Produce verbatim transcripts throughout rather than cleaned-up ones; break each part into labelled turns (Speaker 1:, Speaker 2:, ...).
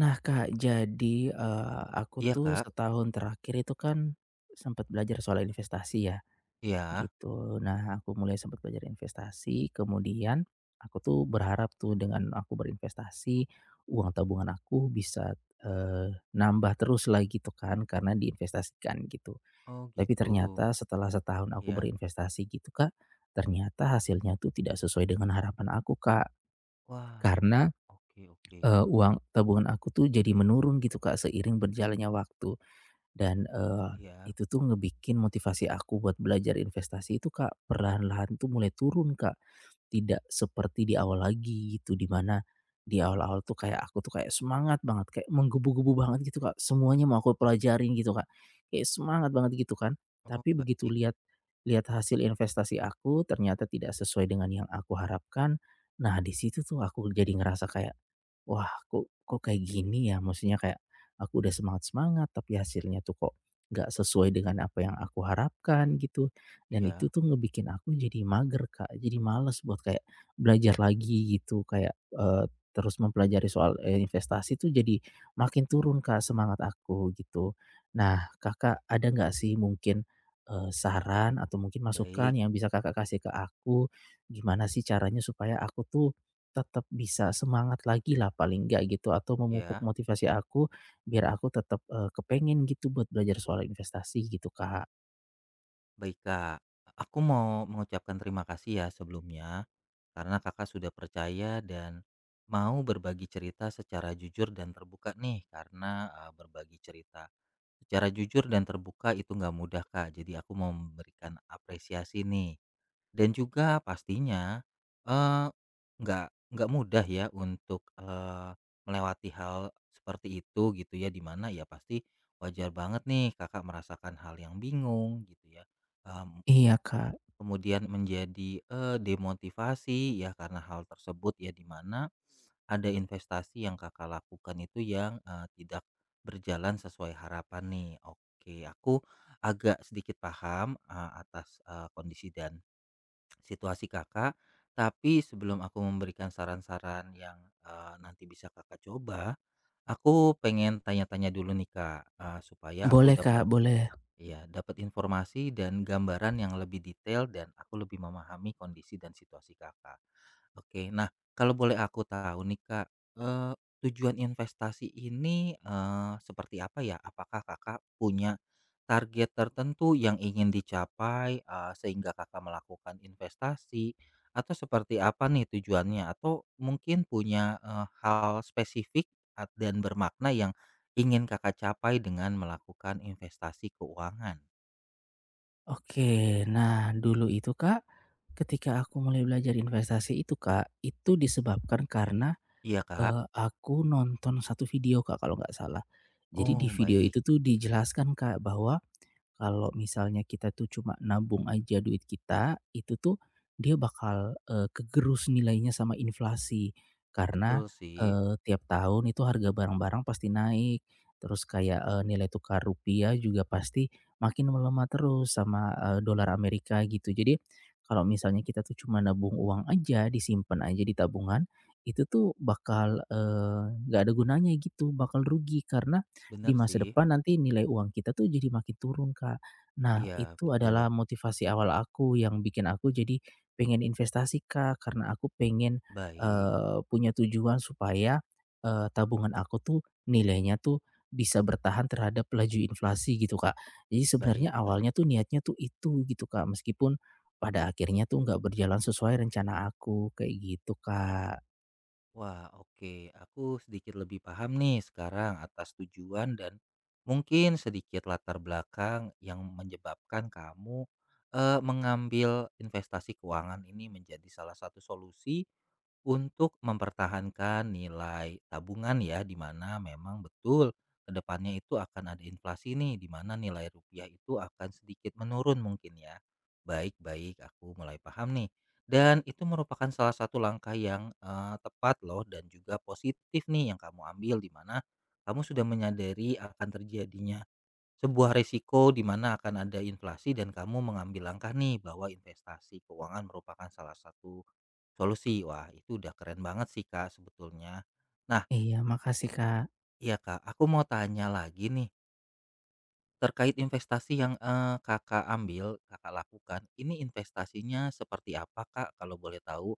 Speaker 1: Nah Kak, jadi, eee, aku
Speaker 2: Iya,
Speaker 1: tuh
Speaker 2: Kak.
Speaker 1: setahun terakhir itu kan sempat belajar soal investasi ya,
Speaker 2: Iya.
Speaker 1: gitu. Nah, aku mulai sempat belajar investasi, kemudian aku tuh berharap tuh dengan aku berinvestasi, uang tabungan aku bisa, eee, nambah terus lagi gitu kan, karena diinvestasikan gitu.
Speaker 2: Oh,
Speaker 1: Tapi
Speaker 2: gitu.
Speaker 1: ternyata setelah setahun aku
Speaker 2: Iya.
Speaker 1: berinvestasi gitu Kak, ternyata hasilnya tuh tidak sesuai dengan harapan aku Kak,
Speaker 2: Wah.
Speaker 1: karena
Speaker 2: Oke, oke.
Speaker 1: eee, uang tabungan aku tuh jadi menurun gitu Kak, seiring berjalannya waktu. Dan, eee,
Speaker 2: Iya.
Speaker 1: itu tuh ngebikin motivasi aku buat belajar investasi itu, Kak, perlahan-lahan tuh mulai turun, Kak. Tidak seperti di awal lagi gitu, di mana di awal-awal tuh kayak aku tuh kayak semangat banget, kayak menggebu-gebu banget gitu, Kak, semuanya mau aku pelajarin gitu, Kak, kayak semangat banget gitu kan.
Speaker 2: Oh,
Speaker 1: Tapi begitu
Speaker 2: baik.
Speaker 1: lihat lihat hasil investasi aku ternyata tidak sesuai dengan yang aku harapkan, nah di situ tuh aku jadi ngerasa kayak, "Wah kok kok kayak gini ya?" Maksudnya kayak aku udah semangat-semangat, tapi hasilnya tuh kok nggak sesuai dengan apa yang aku harapkan gitu. Dan itu
Speaker 2: Iya.
Speaker 1: tuh ngebikin aku jadi mager, Kak, jadi males buat kayak belajar lagi gitu, kayak, eee, terus mempelajari soal, eee, investasi tuh jadi makin turun, Kak, semangat aku gitu. Nah, Kakak ada nggak sih mungkin, eee, saran atau mungkin masukan
Speaker 2: Baik.
Speaker 1: yang bisa Kakak kasih ke aku, gimana sih caranya supaya aku tuh tetap bisa semangat lagi lah paling nggak gitu, atau memupuk
Speaker 2: Ya.
Speaker 1: motivasi aku biar aku tetap, eee, kepengen gitu buat belajar soal investasi gitu, Kak.
Speaker 2: Baik, Kak. Aku mau mengucapkan terima kasih ya sebelumnya karena Kakak sudah percaya dan mau berbagi cerita secara jujur dan terbuka nih karena eh, berbagi cerita secara jujur dan terbuka itu nggak mudah Kak, jadi aku mau memberikan apresiasi nih. Dan juga pastinya, eee, nggak nggak mudah ya untuk, eee, melewati hal seperti itu gitu ya, di mana ya pasti wajar banget nih Kakak merasakan hal yang bingung gitu ya. mmm
Speaker 1: Iya, Kak.
Speaker 2: Kemudian menjadi, eee, demotivasi ya karena hal tersebut ya, di mana ada investasi yang Kakak lakukan itu yang, eee, tidak berjalan sesuai harapan nih. Oke, aku agak sedikit paham, eee, atas, eee, kondisi dan situasi Kakak. Tapi sebelum aku memberikan saran-saran yang, eee, nanti bisa Kakak coba, aku pengen tanya-tanya dulu nih Kak, eee, supaya aku
Speaker 1: Boleh, Kak,
Speaker 2: dapat.
Speaker 1: boleh.
Speaker 2: Iya, dapat informasi dan gambaran yang lebih detail dan aku lebih memahami kondisi dan situasi Kakak. Oke, nah kalau boleh aku tahu nih Kak, eee, tujuan investasi ini, eee, seperti apa ya? Apakah Kakak punya target tertentu yang ingin dicapai, eee, sehingga Kakak melakukan investasi? Atau seperti apa nih tujuannya? Atau mungkin punya, eee, hal spesifik at dan bermakna yang ingin Kakak capai dengan melakukan investasi keuangan?
Speaker 1: Oke, nah dulu itu, Kak, ketika aku mulai belajar investasi itu, Kak, itu disebabkan karena,
Speaker 2: Iya, Kak?
Speaker 1: eee, aku nonton satu video, Kak, kalau nggak salah. Jadi di
Speaker 2: Oh,
Speaker 1: video
Speaker 2: baik.
Speaker 1: itu tuh dijelaskan, Kak, bahwa kalau misalnya kita tuh cuma nabung aja duit kita, itu tuh dia bakal, eee, kegerus nilainya sama inflasi. Karena,
Speaker 2: Betul sih,
Speaker 1: eee, tiap tahun itu harga barang-barang pasti naik, terus kayak, eee, nilai tukar rupiah juga pasti makin melemah terus sama, eee, dolar Amerika gitu. Jadi kalau misalnya kita tuh cuma nabung uang aja, disimpan aja di tabungan, itu tuh bakal, eee, nggak ada gunanya gitu, bakal rugi karena di
Speaker 2: bener
Speaker 1: masa
Speaker 2: sih.
Speaker 1: depan nanti nilai uang kita tuh jadi makin turun, Kak. Nah,
Speaker 2: Iya,
Speaker 1: itu
Speaker 2: betul.
Speaker 1: adalah motivasi awal aku yang bikin aku jadi pengen investasi, Kak, karena aku pengen,
Speaker 2: Baik,
Speaker 1: eee, punya tujuan supaya, eee, tabungan aku tuh nilainya tuh bisa bertahan terhadap laju inflasi gitu, Kak. Jadi
Speaker 2: baik,
Speaker 1: sebenarnya
Speaker 2: baik.
Speaker 1: awalnya tuh niatnya tuh itu gitu, Kak, meskipun pada akhirnya tuh nggak berjalan sesuai rencana aku, kayak gitu, Kak.
Speaker 2: Wah, oke. Aku sedikit lebih paham nih sekarang atas tujuan dan mungkin sedikit latar belakang yang menyebabkan kamu eh, mengambil investasi keuangan ini menjadi salah satu solusi untuk mempertahankan nilai tabungan ya, di mana memang betul kedepannya itu akan ada inflasi nih, di mana nilai rupiah itu akan sedikit menurun mungkin ya. Baik-baik, aku mulai paham nih. Dan itu merupakan salah satu langkah yang eh, tepat loh dan juga positif nih yang kamu ambil, di mana kamu sudah menyadari akan terjadinya sebuah resiko di mana akan ada inflasi dan kamu mengambil langkah nih bahwa investasi keuangan merupakan salah satu solusi. Wah, itu udah keren banget sih Kak sebetulnya. Nah,
Speaker 1: Iya, makasih, Kak.
Speaker 2: iya Kak, aku mau tanya lagi nih terkait investasi yang eh, Kakak ambil, Kakak lakukan. Ini investasinya seperti apa Kak? Kalau boleh tahu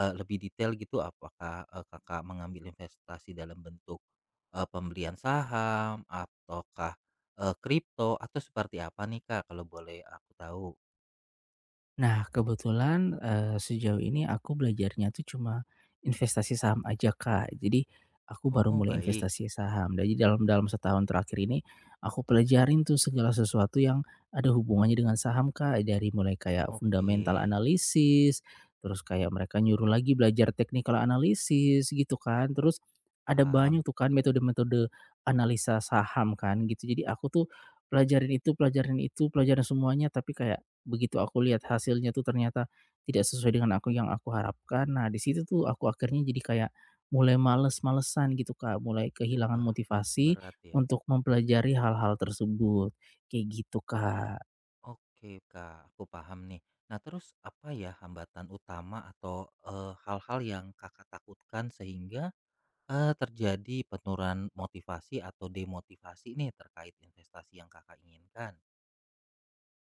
Speaker 2: eh, lebih detail gitu, apakah eh, Kakak mengambil investasi dalam bentuk eh, pembelian saham, ataukah eh, kripto, atau seperti apa nih Kak? Kalau boleh aku tahu.
Speaker 1: Nah, kebetulan, eee, sejauh ini aku belajarnya tuh cuma investasi saham aja, Kak. Jadi aku
Speaker 2: Oh
Speaker 1: baru
Speaker 2: oh,
Speaker 1: mulai
Speaker 2: baik,
Speaker 1: investasi saham. Nah, jadi dalam dalam setahun terakhir ini aku pelajarin tuh segala sesuatu yang ada hubungannya dengan saham, Kak. Dari mulai kayak
Speaker 2: oke,
Speaker 1: fundamental analisis, terus kayak mereka nyuruh lagi belajar technical analisis gitu kan. Terus ada
Speaker 2: paham.
Speaker 1: banyak tuh kan metode-metode analisa saham kan gitu. Jadi aku tuh pelajarin itu pelajarin itu, pelajarin semuanya tapi kayak begitu aku lihat hasilnya tuh ternyata tidak sesuai dengan aku yang aku harapkan. Nah, di situ tuh aku akhirnya jadi kayak mulai males-malesan gitu, Kak, mulai kehilangan
Speaker 2: Wah, pasti
Speaker 1: motivasi
Speaker 2: berat ya.
Speaker 1: untuk mempelajari hal-hal tersebut, kayak gitu, Kak.
Speaker 2: Oke Kak, aku paham nih. Nah terus apa ya hambatan utama atau eh, hal-hal yang kakak takutkan sehingga eh, terjadi penurunan motivasi atau demotivasi nih terkait investasi yang kakak inginkan?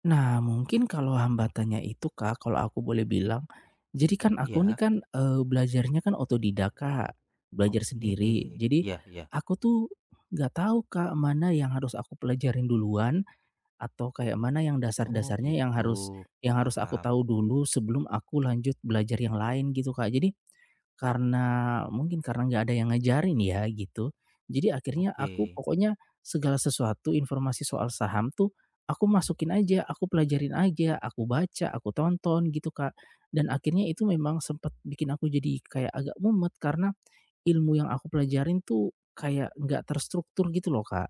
Speaker 1: Nah, mungkin kalau hambatannya itu, Kak, kalau aku boleh bilang, jadi kan aku nih
Speaker 2: Iya,
Speaker 1: kan, eee, belajarnya kan otodidak, Kak, belajar
Speaker 2: oke.
Speaker 1: sendiri. Jadi
Speaker 2: Iya, iya.
Speaker 1: aku tuh nggak tahu, Kak, mana yang harus aku pelajarin duluan, atau kayak mana yang
Speaker 2: Oh
Speaker 1: dasar-dasarnya yang harus
Speaker 2: gitu,
Speaker 1: yang harus aku
Speaker 2: paham.
Speaker 1: tahu dulu sebelum aku lanjut belajar yang lain gitu, Kak. Jadi, karena mungkin karena nggak ada yang ngajarin ya gitu, jadi akhirnya aku
Speaker 2: Oke,
Speaker 1: pokoknya segala sesuatu informasi soal saham tuh aku masukin aja, aku pelajarin aja, aku baca, aku tonton gitu, Kak. Dan akhirnya itu memang sempat bikin aku jadi kayak agak mumet karena ilmu yang aku pelajarin tuh kayak nggak terstruktur gitu loh, Kak.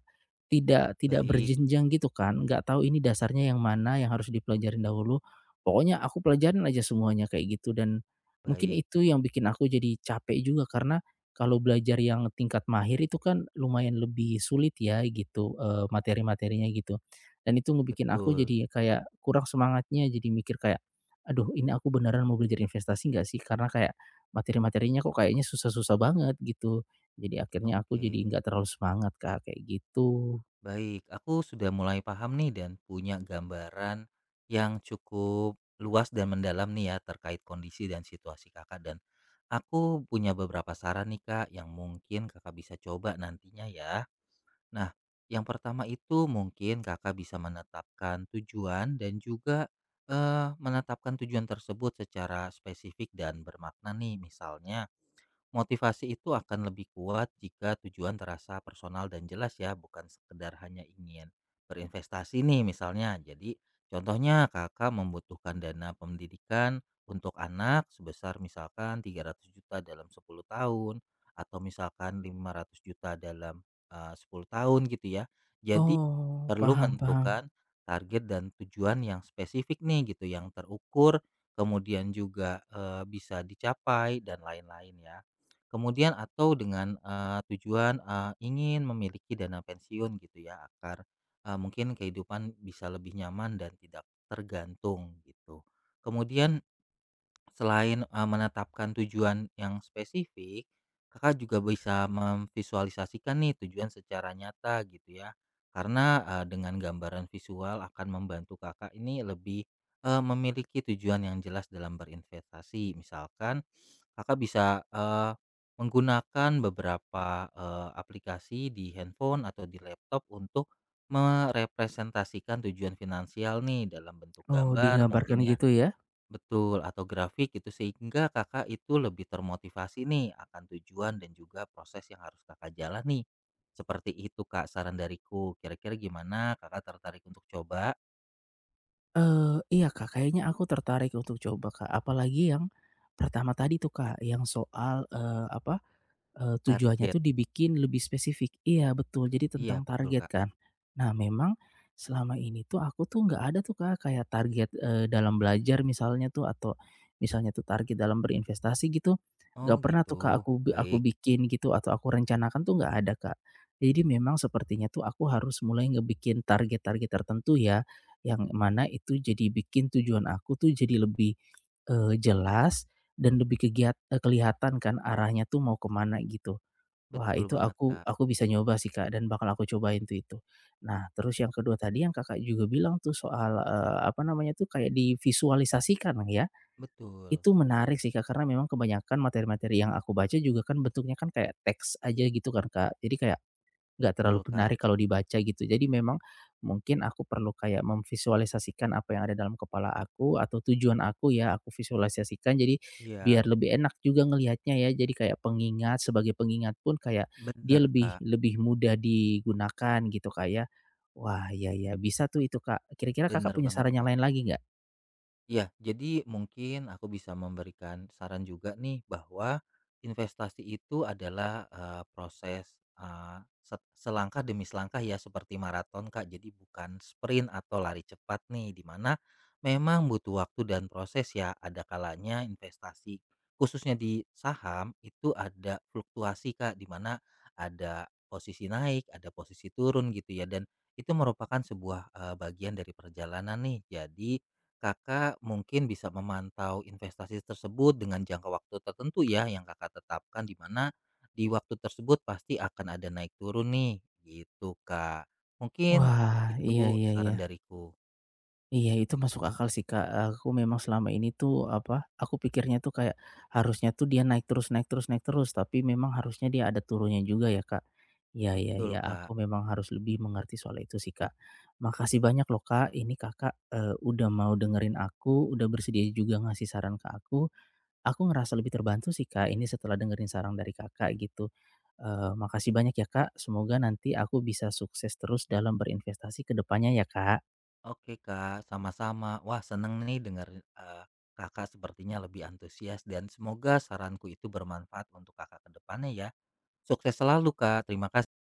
Speaker 1: Tidak tidak
Speaker 2: baik,
Speaker 1: berjenjang gitu kan, nggak tahu ini dasarnya yang mana yang harus dipelajarin dahulu. Pokoknya aku pelajarin aja semuanya kayak gitu dan mungkin
Speaker 2: baik,
Speaker 1: itu yang bikin aku jadi capek juga karena kalau belajar yang tingkat mahir itu kan lumayan lebih sulit ya gitu, eee, materi-materinya gitu. Dan itu ngebikin aku
Speaker 2: betul.
Speaker 1: jadi kayak kurang semangatnya, jadi mikir kayak, "Aduh ini aku beneran mau belajar investasi nggak sih?" Karena kayak materi-materinya kok kayaknya susah-susah banget gitu. Jadi akhirnya aku jadi
Speaker 2: Oke.
Speaker 1: nggak terlalu semangat, Kak, kayak gitu.
Speaker 2: Baik, aku sudah mulai paham nih dan punya gambaran yang cukup luas dan mendalam nih ya terkait kondisi dan situasi kakak, dan aku punya beberapa saran nih kak yang mungkin kakak bisa coba nantinya ya. Nah, yang pertama itu mungkin kakak bisa menetapkan tujuan dan juga eh, menetapkan tujuan tersebut secara spesifik dan bermakna nih. Misalnya, motivasi itu akan lebih kuat jika tujuan terasa personal dan jelas ya, bukan sekedar hanya ingin berinvestasi nih misalnya. Jadi contohnya kakak membutuhkan dana pendidikan untuk anak sebesar misalkan tiga ratus juta dalam sepuluh tahun atau misalkan lima ratus juta dalam eh, sepuluh tahun gitu ya. Jadi
Speaker 1: Oh,
Speaker 2: perlu
Speaker 1: paham paham.
Speaker 2: menentukan target dan tujuan yang spesifik nih gitu yang terukur, kemudian juga eh, bisa dicapai dan lain-lain ya. Kemudian atau dengan, eee, tujuan, eee, ingin memiliki dana pensiun gitu ya agar, eee, mungkin kehidupan bisa lebih nyaman dan tidak tergantung gitu. Kemudian selain, eee, menetapkan tujuan yang spesifik, Kakak juga bisa memvisualisasikan nih tujuan secara nyata gitu ya. Karena, eee, dengan gambaran visual akan membantu Kakak ini lebih, eee, memiliki tujuan yang jelas dalam berinvestasi. Misalkan Kakak bisa, eee, menggunakan beberapa, eee, aplikasi di handphone atau di laptop untuk merepresentasikan tujuan finansial nih dalam bentuk
Speaker 1: Oh,
Speaker 2: gambar mungkin
Speaker 1: digambarkan
Speaker 2: ya.
Speaker 1: gitu ya?
Speaker 2: Betul, atau grafik gitu sehingga Kakak itu lebih termotivasi nih akan tujuan dan juga proses yang harus Kakak jalani. Seperti itu Kak saran dariku, kira-kira gimana Kakak tertarik untuk coba?
Speaker 1: Eee, iya, Kak, kayaknya aku tertarik untuk coba, Kak, apalagi yang pertama tadi tuh, Kak, yang soal, eee, apa Eee, tujuannya
Speaker 2: Target,
Speaker 1: tuh dibikin lebih spesifik. Iya betul, jadi
Speaker 2: iya
Speaker 1: tentang
Speaker 2: betul
Speaker 1: target
Speaker 2: Kak.
Speaker 1: kan. Nah memang selama ini tuh aku tuh nggak ada tuh Kak kayak target, eee, dalam belajar misalnya tuh atau misalnya tuh target dalam berinvestasi gitu,
Speaker 2: Oh
Speaker 1: nggak pernah
Speaker 2: gitu,
Speaker 1: tuh Kak aku bi aku
Speaker 2: baik,
Speaker 1: bikin gitu atau aku rencanakan tuh nggak ada Kak. Jadi memang sepertinya tuh aku harus mulai ngebikin target-target tertentu ya, yang mana itu jadi bikin tujuan aku tuh jadi lebih, eee, jelas dan lebih kegiat eee, kelihatan kan arahnya tuh mau kemana gitu. Wah
Speaker 2: betul
Speaker 1: itu
Speaker 2: banget
Speaker 1: aku
Speaker 2: Kak,
Speaker 1: aku bisa nyoba sih Kak dan bakal aku cobain tuh itu. Nah terus yang kedua tadi yang Kakak juga bilang tuh soal, eee, apa namanya tuh kayak divisualisasikan ya,
Speaker 2: betul.
Speaker 1: itu menarik sih Kak karena memang kebanyakan materi-materi yang aku baca juga kan bentuknya kan kayak teks aja gitu kan Kak. Jadi kayak nggak terlalu
Speaker 2: Betul, Kak.
Speaker 1: menarik kalau dibaca gitu. Jadi memang mungkin aku perlu kayak memvisualisasikan apa yang ada dalam kepala aku atau tujuan aku ya, aku visualisasikan jadi
Speaker 2: Iya,
Speaker 1: biar lebih enak juga ngelihatnya ya. Jadi kayak pengingat, sebagai pengingat pun kayak dia
Speaker 2: bener,
Speaker 1: lebih
Speaker 2: Kak.
Speaker 1: lebih mudah digunakan gitu, kayak wah, iya iya, bisa tuh itu, Kak. Kira-kira Kakak
Speaker 2: Bener
Speaker 1: punya
Speaker 2: banget,
Speaker 1: saran
Speaker 2: Kak.
Speaker 1: yang lain lagi nggak?
Speaker 2: Iya, jadi mungkin aku bisa memberikan saran juga nih bahwa investasi itu adalah eh, proses eh, se- selangkah demi selangkah ya seperti maraton Kak. Jadi bukan sprint atau lari cepat nih, di mana memang butuh waktu dan proses ya. Ada kalanya investasi khususnya di saham itu ada fluktuasi Kak di mana ada posisi naik, ada posisi turun gitu ya, dan itu merupakan sebuah eh, bagian dari perjalanan nih. Jadi Kakak mungkin bisa memantau investasi tersebut dengan jangka waktu tertentu ya yang Kakak tetapkan, di mana di waktu tersebut pasti akan ada naik turun nih gitu Kak. Mungkin
Speaker 1: Wah, iya
Speaker 2: itu
Speaker 1: iya iya.
Speaker 2: saran dariku.
Speaker 1: Iya itu masuk akal sih Kak, aku memang selama ini tuh apa, aku pikirnya tuh kayak harusnya tuh dia naik terus naik terus naik terus, tapi memang harusnya dia ada turunnya juga ya Kak. Iya iya
Speaker 2: Betul
Speaker 1: iya,
Speaker 2: Kak.
Speaker 1: aku memang harus lebih mengerti soal itu sih Kak. Makasih banyak loh Kak, ini Kakak, eee, udah mau dengerin aku, udah bersedia juga ngasih saran ke aku. Aku ngerasa lebih terbantu sih Kak, ini setelah dengerin saran dari Kakak gitu. Eee, makasih banyak ya Kak, semoga nanti aku bisa sukses terus dalam berinvestasi ke depannya ya Kak.
Speaker 2: Oke Kak, sama-sama. Wah seneng nih dengar eh, Kakak sepertinya lebih antusias dan semoga saranku itu bermanfaat untuk Kakak ke depannya ya. Sukses selalu Kak. Terima kasih.